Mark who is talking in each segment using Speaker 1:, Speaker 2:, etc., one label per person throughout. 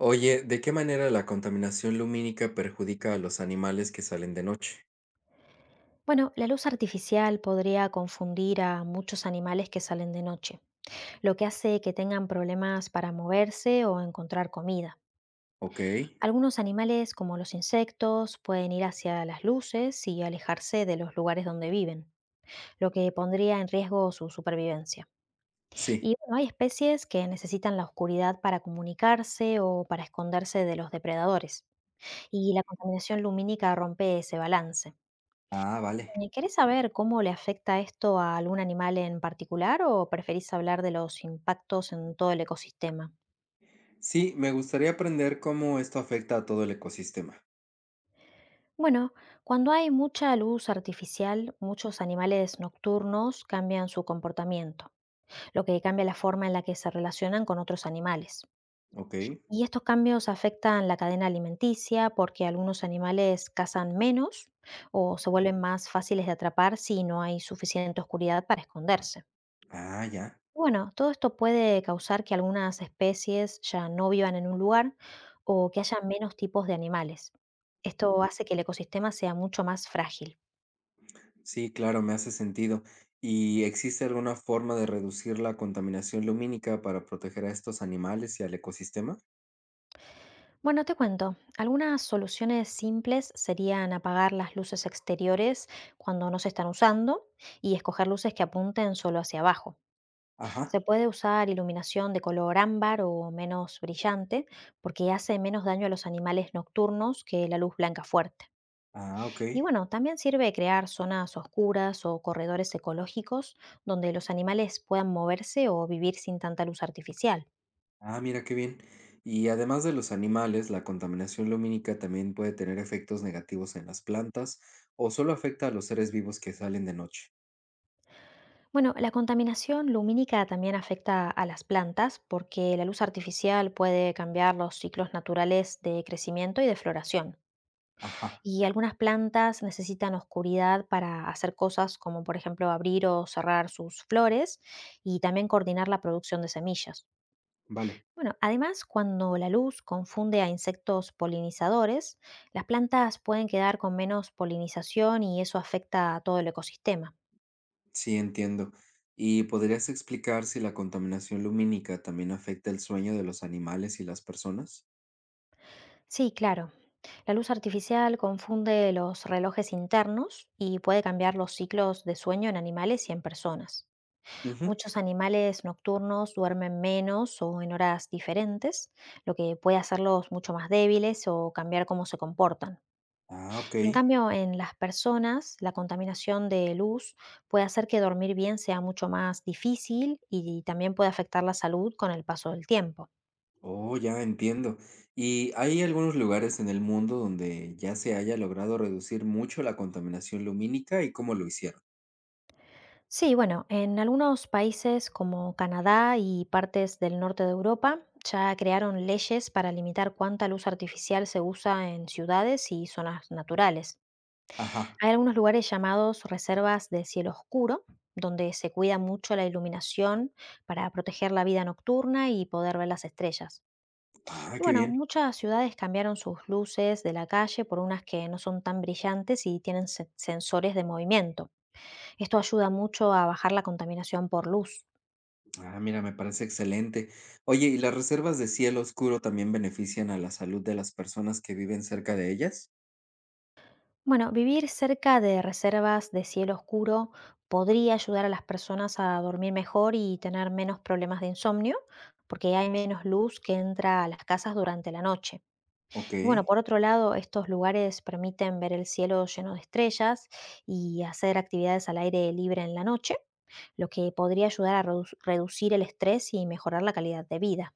Speaker 1: Oye, ¿de qué manera la contaminación lumínica perjudica a los animales que salen de noche?
Speaker 2: Bueno, la luz artificial podría confundir a muchos animales que salen de noche, lo que hace que tengan problemas para moverse o encontrar comida.
Speaker 1: Ok,
Speaker 2: Algunos animales, como los insectos, pueden ir hacia las luces y alejarse de los lugares donde viven, lo que pondría en riesgo su supervivencia.
Speaker 1: sí.
Speaker 2: Y bueno, hay especies que necesitan la oscuridad para comunicarse o para esconderse de los depredadores, y la contaminación lumínica rompe ese balance.
Speaker 1: Ah, vale.
Speaker 2: ¿Y querés saber cómo le afecta esto a algún animal en particular o preferís hablar de los impactos en todo el ecosistema?
Speaker 1: Sí, me gustaría aprender cómo esto afecta a todo el ecosistema.
Speaker 2: Bueno, cuando hay mucha luz artificial, muchos animales nocturnos cambian su comportamiento, lo que cambia la forma en la que se relacionan con otros animales.
Speaker 1: Ok.
Speaker 2: Y estos cambios afectan la cadena alimenticia porque algunos animales cazan menos o se vuelven más fáciles de atrapar si no hay suficiente oscuridad para esconderse.
Speaker 1: Ah, ya.
Speaker 2: Bueno, todo esto puede causar que algunas especies ya no vivan en un lugar o que haya menos tipos de animales. Esto hace que el ecosistema sea mucho más frágil.
Speaker 1: Sí, claro, me hace sentido. ¿Y existe alguna forma de reducir la contaminación lumínica para proteger a estos animales y al ecosistema?
Speaker 2: Bueno, te cuento, algunas soluciones simples serían apagar las luces exteriores cuando no se están usando y escoger luces que apunten solo hacia abajo.
Speaker 1: Ajá.
Speaker 2: Se puede usar iluminación de color ámbar o menos brillante porque hace menos daño a los animales nocturnos que la luz blanca fuerte.
Speaker 1: Ah, ok.
Speaker 2: Y bueno, también sirve crear zonas oscuras o corredores ecológicos donde los animales puedan moverse o vivir sin tanta luz artificial.
Speaker 1: Ah, mira qué bien. Y además de los animales, la contaminación lumínica también puede tener efectos negativos en las plantas o solo afecta a los seres vivos que salen de noche.
Speaker 2: Bueno, la contaminación lumínica también afecta a las plantas porque la luz artificial puede cambiar los ciclos naturales de crecimiento y de floración.
Speaker 1: Ajá,
Speaker 2: Y algunas plantas necesitan oscuridad para hacer cosas como por ejemplo abrir o cerrar sus flores y también coordinar la producción de semillas.
Speaker 1: vale.
Speaker 2: Bueno, además, cuando la luz confunde a insectos polinizadores, las plantas pueden quedar con menos polinización y eso afecta a todo el ecosistema.
Speaker 1: Sí, entiendo. ¿Y podrías explicar si la contaminación lumínica también afecta el sueño de los animales y las personas?
Speaker 2: Sí, claro. La luz artificial confunde los relojes internos y puede cambiar los ciclos de sueño en animales y en personas.
Speaker 1: Ujú.
Speaker 2: Muchos animales nocturnos duermen menos o en horas diferentes, lo que puede hacerlos mucho más débiles o cambiar cómo se comportan.
Speaker 1: Ah, ok.
Speaker 2: En cambio, en las personas, la contaminación de luz puede hacer que dormir bien sea mucho más difícil y también puede afectar la salud con el paso del tiempo.
Speaker 1: Oh, ya entiendo. ¿Y hay algunos lugares en el mundo donde ya se haya logrado reducir mucho la contaminación lumínica y cómo lo hicieron?
Speaker 2: Sí, bueno, en algunos países como Canadá y partes del norte de Europa ya crearon leyes para limitar cuánta luz artificial se usa en ciudades y zonas naturales.
Speaker 1: Ajá.
Speaker 2: Hay algunos lugares llamados reservas de cielo oscuro, donde se cuida mucho la iluminación para proteger la vida nocturna y poder ver las estrellas.
Speaker 1: Ah,
Speaker 2: Y
Speaker 1: qué
Speaker 2: bueno,
Speaker 1: bien.
Speaker 2: muchas ciudades cambiaron sus luces de la calle por unas que no son tan brillantes y tienen sensores de movimiento. Esto ayuda mucho a bajar la contaminación por luz.
Speaker 1: Ah, mira, me parece excelente. Oye, ¿y las reservas de cielo oscuro también benefician a la salud de las personas que viven cerca de ellas?
Speaker 2: Bueno, vivir cerca de reservas de cielo oscuro podría ayudar a las personas a dormir mejor y tener menos problemas de insomnio, porque hay menos luz que entra a las casas durante la noche.
Speaker 1: Ok.
Speaker 2: Y bueno, por otro lado, estos lugares permiten ver el cielo lleno de estrellas y hacer actividades al aire libre en la noche, lo que podría ayudar a reducir el estrés y mejorar la calidad de vida.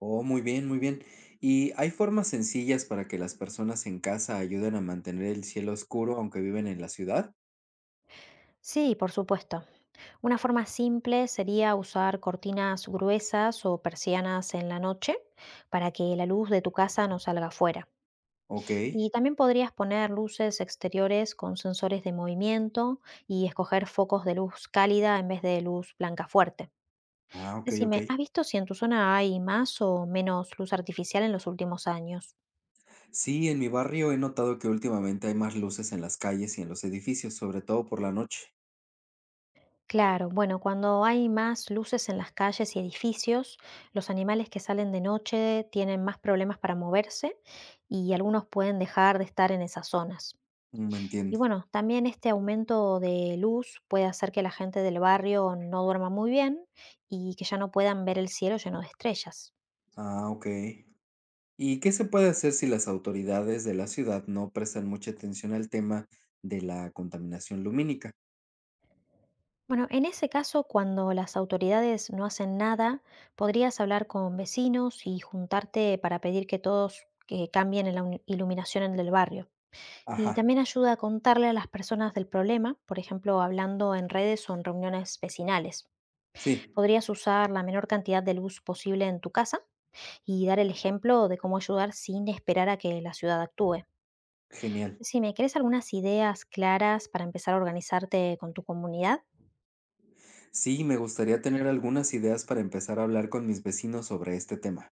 Speaker 1: Oh, muy bien, muy bien. ¿Y hay formas sencillas para que las personas en casa ayuden a mantener el cielo oscuro aunque viven en la ciudad?
Speaker 2: Sí, por supuesto. Una forma simple sería usar cortinas gruesas o persianas en la noche para que la luz de tu casa no salga afuera.
Speaker 1: Ok.
Speaker 2: Y también podrías poner luces exteriores con sensores de movimiento y escoger focos de luz cálida en vez de luz blanca fuerte.
Speaker 1: Ah, ok, ok.
Speaker 2: Decime, ¿has visto si en tu zona hay más o menos luz artificial en los últimos años?
Speaker 1: Sí, en mi barrio he notado que últimamente hay más luces en las calles y en los edificios, sobre todo por la noche.
Speaker 2: Claro, bueno, cuando hay más luces en las calles y edificios, los animales que salen de noche tienen más problemas para moverse y algunos pueden dejar de estar en esas zonas.
Speaker 1: Mm,
Speaker 2: Y
Speaker 1: entiendo.
Speaker 2: bueno, también este aumento de luz puede hacer que la gente del barrio no duerma muy bien y que ya no puedan ver el cielo lleno de estrellas.
Speaker 1: Ah, ok. ¿Y qué se puede hacer si las autoridades de la ciudad no prestan mucha atención al tema de la contaminación lumínica?
Speaker 2: Bueno, en ese caso, cuando las autoridades no hacen nada, podrías hablar con vecinos y juntarte para pedir que todos cambien la iluminación en el barrio. Y
Speaker 1: Ajá,
Speaker 2: también ayuda a contarle a las personas del problema, por ejemplo, hablando en redes o en reuniones vecinales.
Speaker 1: sí,
Speaker 2: Podrías usar la menor cantidad de luz posible en tu casa y dar el ejemplo de cómo ayudar sin esperar a que la ciudad actúe.
Speaker 1: genial.
Speaker 2: Si me querés algunas ideas claras para empezar a organizarte con tu comunidad,
Speaker 1: Sí, me gustaría tener algunas ideas para empezar a hablar con mis vecinos sobre este tema.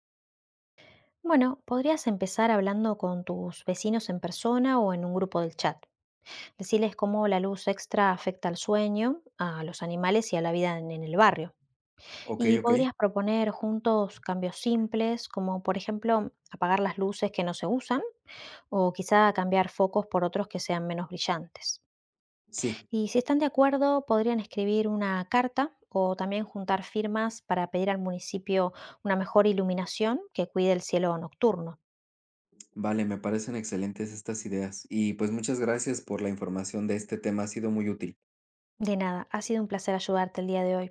Speaker 2: bueno, podrías empezar hablando con tus vecinos en persona o en un grupo del chat. Decirles cómo la luz extra afecta al sueño, a los animales y a la vida en el barrio.
Speaker 1: Ok,
Speaker 2: Y
Speaker 1: ok.
Speaker 2: podrías proponer juntos cambios simples, como por ejemplo apagar las luces que no se usan o quizá cambiar focos por otros que sean menos brillantes.
Speaker 1: Sí,
Speaker 2: Y si están de acuerdo, podrían escribir una carta o también juntar firmas para pedir al municipio una mejor iluminación que cuide el cielo nocturno.
Speaker 1: vale, me parecen excelentes estas ideas. Y pues muchas gracias por la información de este tema, ha sido muy útil.
Speaker 2: De nada, ha sido un placer ayudarte el día de hoy.